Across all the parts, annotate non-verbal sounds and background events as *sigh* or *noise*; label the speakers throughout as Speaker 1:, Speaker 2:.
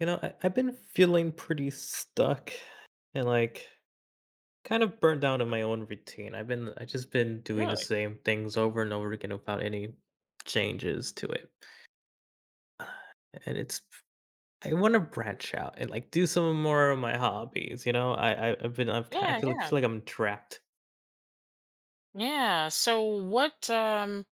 Speaker 1: You know, I've been feeling pretty stuck and like kind of burnt down in my own routine. I just been doing the
Speaker 2: Really?
Speaker 1: same things over and over again without any changes to it. Uh, And it's, I want to branch out and like do some more of my hobbies. You know, I I've been, I've, ki- I
Speaker 2: Yeah, yeah.
Speaker 1: feel like I'm trapped.
Speaker 2: Yeah. So what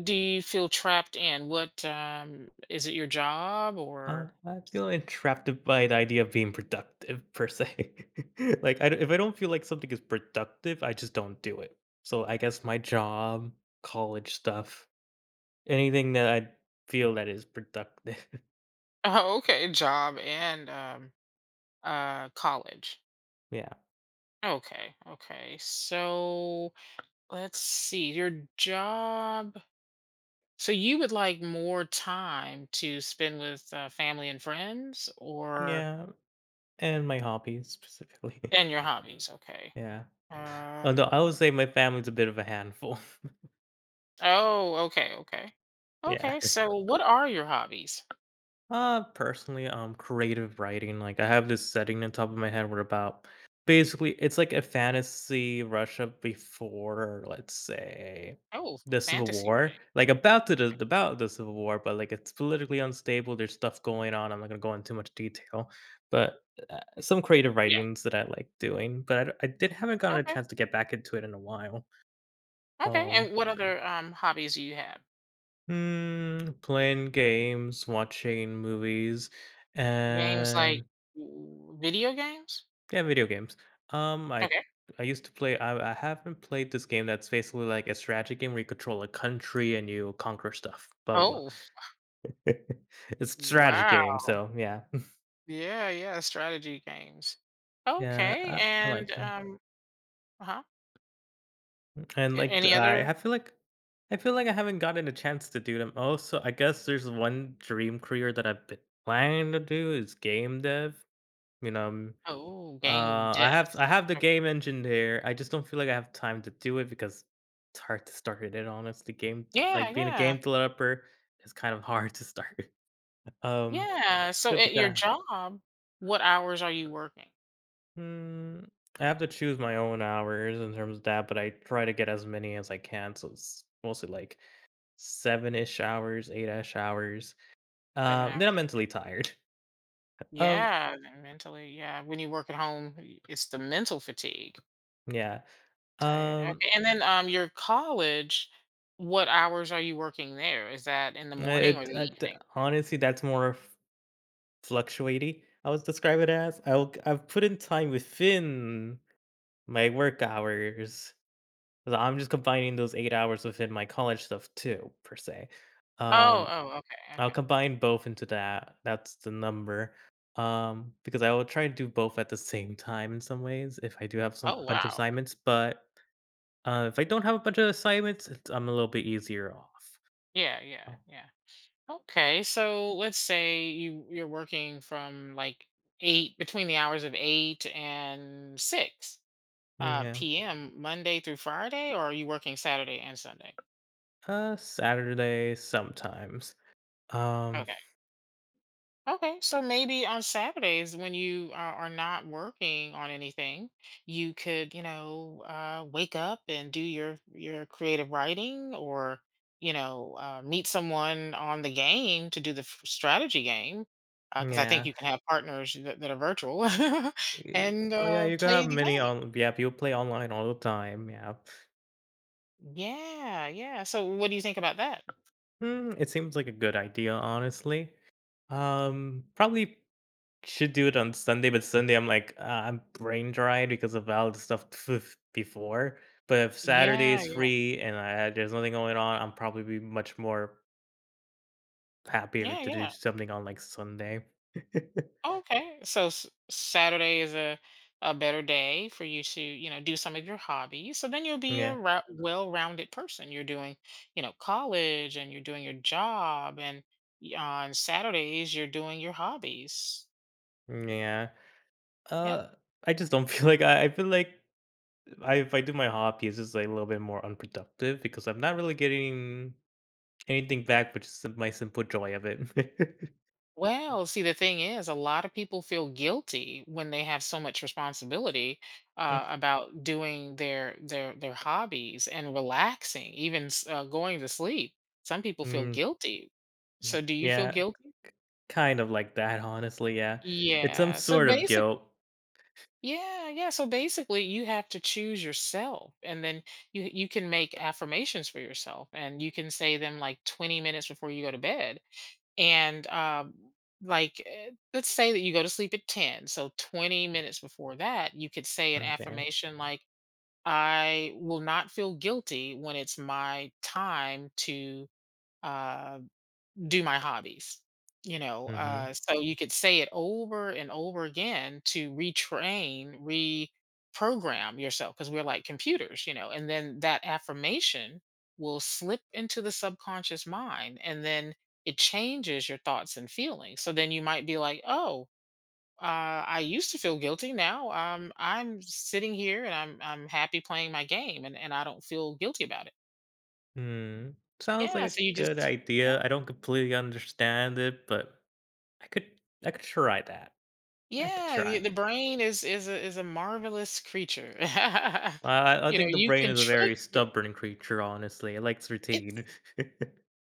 Speaker 2: do you feel trapped in? What is it your job or?
Speaker 1: I feel entrapped by the idea of being productive per se. *laughs* Like, if I don't feel like something is productive, I just don't do it. So I guess my job, college stuff, anything that I feel that is productive. *laughs*
Speaker 2: *laughs* Oh, okay, job and college.
Speaker 1: Yeah.
Speaker 2: Okay, okay. So let's see. Your job. So you would like more time to spend with family and friends, or
Speaker 1: Yeah, and my hobbies specifically. *laughs*
Speaker 2: and your hobbies, okay.
Speaker 1: Yeah. Although
Speaker 2: Um,
Speaker 1: I would say my family's a bit of a handful.
Speaker 2: oh, okay, okay.
Speaker 1: *laughs* Yeah.
Speaker 2: Okay, so what are your hobbies?
Speaker 1: Personally, creative writing. Like I have this setting on top of my head where about basically it's like a fantasy Russia before, let's say,
Speaker 2: Oh,
Speaker 1: the
Speaker 2: f
Speaker 1: Civil
Speaker 2: fantasy writing.
Speaker 1: War. Like about to the about the Civil War, but like it's politically unstable. There's stuff going on. I'm not gonna go into too much detail, but some creative
Speaker 2: Yeah,
Speaker 1: writings that I like doing. But I did haven't gotten a
Speaker 2: okay,
Speaker 1: chance to get back into it in a while.
Speaker 2: okay,
Speaker 1: Um,
Speaker 2: and what other, hobbies do you have?
Speaker 1: playing games, watching movies,
Speaker 2: Games like
Speaker 1: and
Speaker 2: w video games?
Speaker 1: yeah, video games. Um, I
Speaker 2: Okay.
Speaker 1: I used to play. I haven't played this game that's basically like a strategy game where you control a country and you conquer stuff. Blah blah blah.
Speaker 2: Oh,
Speaker 1: *laughs* It's a strategy
Speaker 2: wow.
Speaker 1: game, so yeah,
Speaker 2: Yeah, yeah, strategy games.
Speaker 1: yeah,
Speaker 2: Okay,
Speaker 1: I
Speaker 2: and,
Speaker 1: like them.
Speaker 2: um, huh.
Speaker 1: And
Speaker 2: A
Speaker 1: like,
Speaker 2: Any
Speaker 1: I
Speaker 2: other?
Speaker 1: feel like I feel like I haven't gotten a chance to do them. Also, I guess there's one dream career that I've been planning to do is game dev. You know,
Speaker 2: Oh, game
Speaker 1: I
Speaker 2: dev.
Speaker 1: have the
Speaker 2: Uh,
Speaker 1: game engine there. I just don't feel like I have time to do it because it's hard to start it. In honest, the game
Speaker 2: yeah,
Speaker 1: like being a
Speaker 2: yeah,
Speaker 1: game developer is kind of hard to start. *laughs* Um,
Speaker 2: yeah, so
Speaker 1: Good to
Speaker 2: at
Speaker 1: kind
Speaker 2: your
Speaker 1: of.
Speaker 2: job, what hours are you working?
Speaker 1: Mm, I have to choose my own hours in terms of that, but I try to get as many as I can. So it's mostly like seven ish hours, eight ish hours.
Speaker 2: 7
Speaker 1: Then
Speaker 2: hours.
Speaker 1: I'm mentally tired. *laughs* Um,
Speaker 2: Yeah, and mentally, yeah, when you work at home, y it's the mental fatigue.
Speaker 1: yeah.
Speaker 2: Tired.
Speaker 1: Um,
Speaker 2: Okay. And then your college, what hours are you working there? Is that in the morning or the
Speaker 1: it
Speaker 2: evening?
Speaker 1: honestly that's more of fluctuating, I would describe it as. I've put in time within my work hours, 'cause I'm just combining those 8 hours within my college stuff too, per se.
Speaker 2: Oh,
Speaker 1: Um,
Speaker 2: oh, okay,
Speaker 1: I'll
Speaker 2: okay.
Speaker 1: combine both into that. That's the number. Because I will try to do both at the same time in some ways if I do have some
Speaker 2: Oh
Speaker 1: a bunch of
Speaker 2: wow.
Speaker 1: assignments, but if I don't have a bunch of assignments, it's I'm a little bit easier off.
Speaker 2: Yeah, yeah, yeah. Okay. So let's say you're working from like eight, between the hours of eight and six
Speaker 1: Oh, yeah.
Speaker 2: PM, Monday through Friday, or are you working Saturday and Sunday?
Speaker 1: Saturday sometimes. Um,
Speaker 2: Okay. Okay, so maybe on Saturdays when you are not working on anything, you could, you know, wake up and do your creative writing, or you know, meet someone on the game to do the strategy game, because I think
Speaker 1: yeah.
Speaker 2: you can have partners that, that are virtual, *laughs*
Speaker 1: Y
Speaker 2: and
Speaker 1: oh, yeah, you could have
Speaker 2: play the
Speaker 1: many
Speaker 2: game.
Speaker 1: on yeah, people play online all the time, yeah.
Speaker 2: Yeah, yeah. So what do you think about that?
Speaker 1: It seems like a good idea, honestly. Probably should do it on Sunday, but Sunday I'm like, I'm brain dried because of all the stuff *laughs* before. But if Saturday
Speaker 2: Yeah,
Speaker 1: is free and there's nothing going on, I'm probably be much more happier
Speaker 2: yeah,
Speaker 1: to do
Speaker 2: yeah.
Speaker 1: something on like Sunday. *laughs*
Speaker 2: Okay. So Saturday is a better day for you to, you know, do some of your hobbies. So then you'll be a
Speaker 1: Yeah,
Speaker 2: well-rounded person. You're doing, you know, college and you're doing your job, and on Saturdays you're doing your hobbies.
Speaker 1: yeah.
Speaker 2: Yeah.
Speaker 1: Uh, I just don't *laughs* feel like I feel like I if I do my hobby, it's just like a little bit more unproductive because I'm not really getting anything back, but just my simple joy of it.
Speaker 2: Well, see, the thing is, a lot of people feel guilty when they have so much responsibility,
Speaker 1: *laughs*
Speaker 2: about doing their hobbies and relaxing, even going to sleep. Some people feel
Speaker 1: Mm,
Speaker 2: guilty,
Speaker 1: mm,
Speaker 2: so do you feel
Speaker 1: yeah,
Speaker 2: guilty?
Speaker 1: kind of like that, honestly. Yeah, it's some
Speaker 2: Yeah. So
Speaker 1: sort of
Speaker 2: basically,
Speaker 1: guilt.
Speaker 2: yeah, yeah. So basically, you have to choose yourself, and then you can make affirmations for yourself, and you can say them like 20 minutes before you go to bed. And like, let's say that you go to sleep at 10. So 20 minutes before that, you could say an
Speaker 1: Okay.
Speaker 2: affirmation like, "I will not feel guilty when it's my time to uh do my hobbies, you know?"
Speaker 1: Mm-hmm.
Speaker 2: So you could say it over and over again to retrain, reprogram yourself, because we're like computers, you know? And then that affirmation will slip into the subconscious mind and then it changes your thoughts and feelings. So then you might be like, oh, I used to feel guilty. Now I'm sitting here and I'm happy playing my game, and I don't feel guilty about it.
Speaker 1: Hmm. Sounds like
Speaker 2: Yeah.
Speaker 1: a
Speaker 2: So you
Speaker 1: good
Speaker 2: just,
Speaker 1: idea. I don't completely understand it, but I could try that. I could
Speaker 2: yeah,
Speaker 1: try.
Speaker 2: the brain is is a marvelous creature. *laughs*
Speaker 1: I
Speaker 2: You know,
Speaker 1: think the
Speaker 2: you
Speaker 1: brain
Speaker 2: can
Speaker 1: is a
Speaker 2: trick
Speaker 1: very
Speaker 2: the,
Speaker 1: stubborn creature, honestly. It likes routine.
Speaker 2: it's,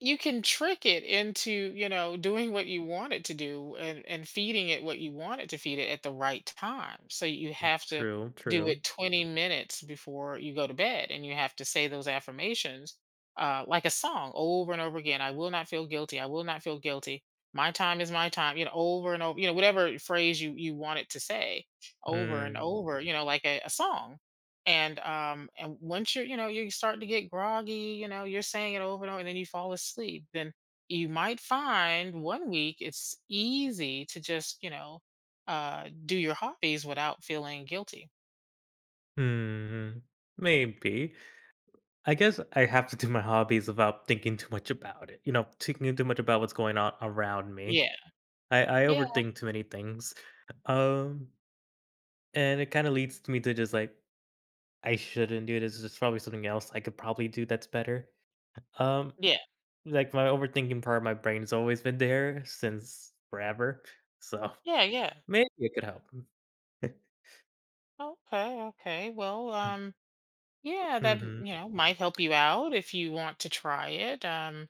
Speaker 2: you can trick it into you know doing what you want it to do, and feeding it what you want it to feed it at the right time. So you have
Speaker 1: *laughs*
Speaker 2: to
Speaker 1: True.
Speaker 2: do
Speaker 1: True.
Speaker 2: it 20 minutes before you go to bed, and you have to say those affirmations like a song, over and over again. I will not feel guilty, I will not feel guilty, my time is my time, you know, over and over, you know, whatever phrase you want it to say over and
Speaker 1: Mm.
Speaker 2: over, you know, like a song. And um, and once you're, you know, you start to get groggy, you know, you're saying it over and over, and then you fall asleep. Then you might find one week it's easy to just, you know, do your hobbies without feeling guilty.
Speaker 1: Hmm, maybe. I guess I have to do my hobbies without thinking too much about it. You know, thinking too much about what's going on around me.
Speaker 2: Yeah,
Speaker 1: I
Speaker 2: yeah,
Speaker 1: overthink too many things. Um, and it kind of leads to me to just like I shouldn't do this. There's probably something else I could probably do that's better. Um,
Speaker 2: yeah,
Speaker 1: like my overthinking part of my brain's always been there since forever. So
Speaker 2: yeah, yeah.
Speaker 1: maybe it could help. *laughs*
Speaker 2: Okay, okay, well, um, yeah, that,
Speaker 1: Mm-hmm.
Speaker 2: you know, might help you out if you want to try it. Um,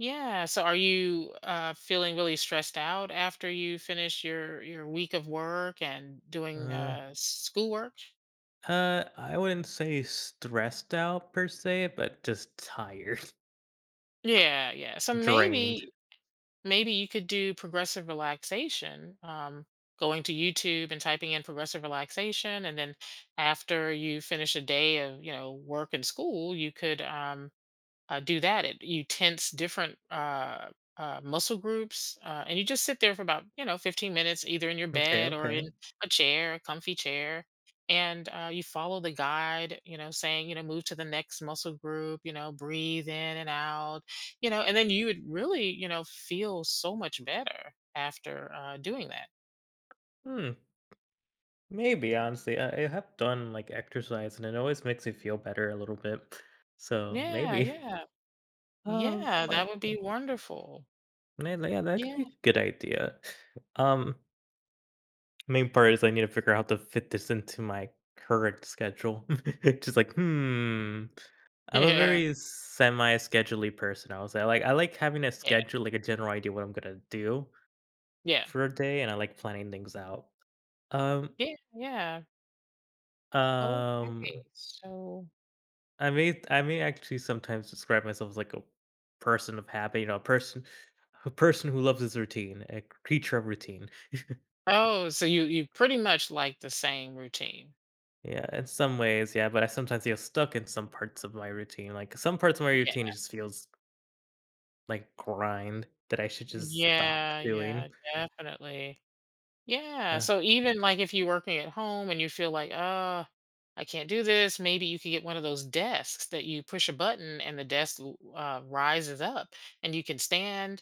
Speaker 2: yeah. So are you feeling really stressed out after you finish your week of work and doing
Speaker 1: uh,
Speaker 2: schoolwork?
Speaker 1: I wouldn't say stressed out per se, but just tired,
Speaker 2: Yeah, yeah. So
Speaker 1: *laughs* drained.
Speaker 2: maybe, maybe you could do progressive relaxation. Going to YouTube and typing in progressive relaxation, and then after you finish a day of you know work and school, you could do that. It, you tense different muscle groups, and you just sit there for about you know 15 minutes, either in your
Speaker 1: Okay,
Speaker 2: bed or
Speaker 1: okay.
Speaker 2: in a chair, a comfy chair, and you follow the guide. You know, saying you know move to the next muscle group. You know, breathe in and out. You know, and then you would really you know feel so much better after doing that.
Speaker 1: Hmm. Maybe honestly, I have done like exercise, and it always makes me feel better a little bit. So
Speaker 2: Yeah,
Speaker 1: maybe. *laughs*
Speaker 2: yeah,
Speaker 1: Um,
Speaker 2: yeah.
Speaker 1: like,
Speaker 2: That would be wonderful.
Speaker 1: yeah, that could
Speaker 2: Yeah,
Speaker 1: be a good idea. Um, Main part is I need to figure out how to fit this into my current schedule. *laughs* Just like, hmm.
Speaker 2: *laughs*
Speaker 1: I'm
Speaker 2: yeah,
Speaker 1: a
Speaker 2: yeah,
Speaker 1: very semi schedule person, I like having a schedule, like a general idea what I'm gonna do
Speaker 2: yeah,
Speaker 1: for a day, and I like planning things out. Um,
Speaker 2: yeah, yeah. Okay.
Speaker 1: um,
Speaker 2: So,
Speaker 1: I may actually sometimes describe myself as like a person of habit, you know, a person who loves his routine, a creature of routine.
Speaker 2: oh, so you pretty much like the same routine.
Speaker 1: Yeah, in some ways, yeah, but I sometimes feel stuck in some parts of my routine. Like some parts of my routine
Speaker 2: Yeah.
Speaker 1: just feels like grind that I should just stop
Speaker 2: Yeah,
Speaker 1: doing.
Speaker 2: yeah, definitely. Yeah.
Speaker 1: Uh,
Speaker 2: So even like if you're working at home and you feel like, I can't do this, maybe you could get one of those desks that you push a button and the desk rises up and you can stand.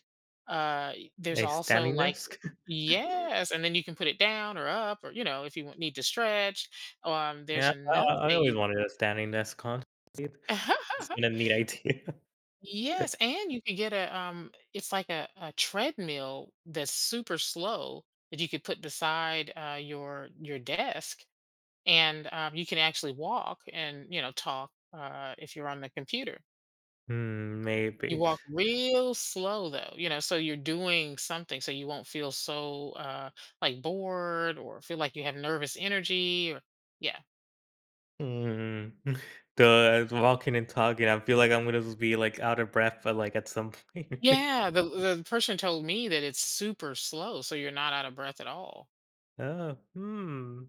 Speaker 2: There's
Speaker 1: a
Speaker 2: also
Speaker 1: standing
Speaker 2: like,
Speaker 1: desk.
Speaker 2: yes, and then you can put it down or up, or you know, if you need to stretch. There's
Speaker 1: Yeah,
Speaker 2: another
Speaker 1: I
Speaker 2: thing
Speaker 1: always
Speaker 2: you,
Speaker 1: wanted a standing desk con it's been
Speaker 2: *laughs*
Speaker 1: a neat idea. *laughs*
Speaker 2: yes, and you could get a um, it's like a treadmill that's super slow that you could put beside your desk, and you can actually walk and you know talk if you're on the computer.
Speaker 1: Hmm,
Speaker 2: You
Speaker 1: maybe.
Speaker 2: walk real slow though, you know, so you're doing something, so you won't feel so like bored or feel like you have nervous energy, or yeah.
Speaker 1: Mm. *laughs* The walking and talking, I feel like I'm gonna just be, like, out of breath, but, like, at some point. *laughs*
Speaker 2: Yeah, the person told me that it's super slow, so you're not out of breath at all.
Speaker 1: Oh, hmm.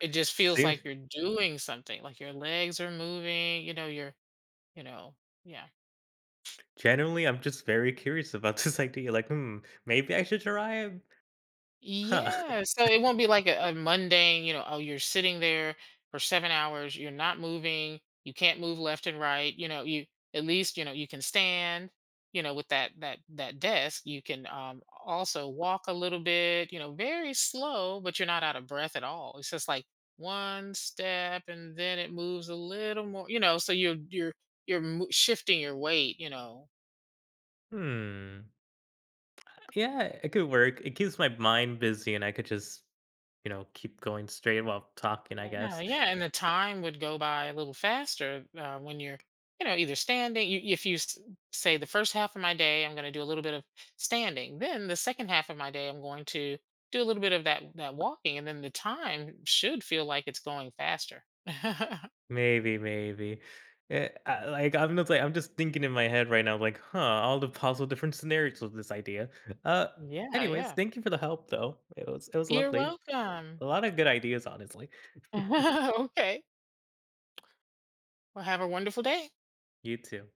Speaker 2: It just feels
Speaker 1: Serious
Speaker 2: like you're doing something, like your legs are moving, you know, you're, you know, yeah.
Speaker 1: generally, I'm just very curious about *laughs* this idea, like, "Hmm, maybe I should try it? Huh.
Speaker 2: Yeah, so it won't be like a mundane, you know, oh, you're sitting there for 7 hours, you're not moving, you can't move left and right, you know, you at least, you know, you can stand, you know, with that desk, you can also walk a little bit, you know, very slow, but you're not out of breath at all. It's just like one step and then it moves a little more, you know, so you're shifting your weight, you know.
Speaker 1: *laughs* Hmm. Yeah, it could work." It keeps my mind busy, and I could just, you know, keep going straight while talking, I
Speaker 2: Yeah. No,
Speaker 1: guess.
Speaker 2: yeah, and the time would go by a little faster when you're, you know, either standing. You, if you say the first half of my day, I'm going to do a little bit of standing. Then the second half of my day, I'm going to do a little bit of that walking, and then the time should feel like it's going faster. *laughs*
Speaker 1: Maybe, maybe. I'm not like I'm just thinking in my head right now, like, huh, all the possible different scenarios with this idea. Uh,
Speaker 2: Yeah,
Speaker 1: Anyways,
Speaker 2: yeah.
Speaker 1: thank you for the help, though. It was
Speaker 2: You're
Speaker 1: lovely.
Speaker 2: welcome.
Speaker 1: A lot of good ideas, honestly.
Speaker 2: *laughs* Okay. Well, have a wonderful day.
Speaker 1: You too.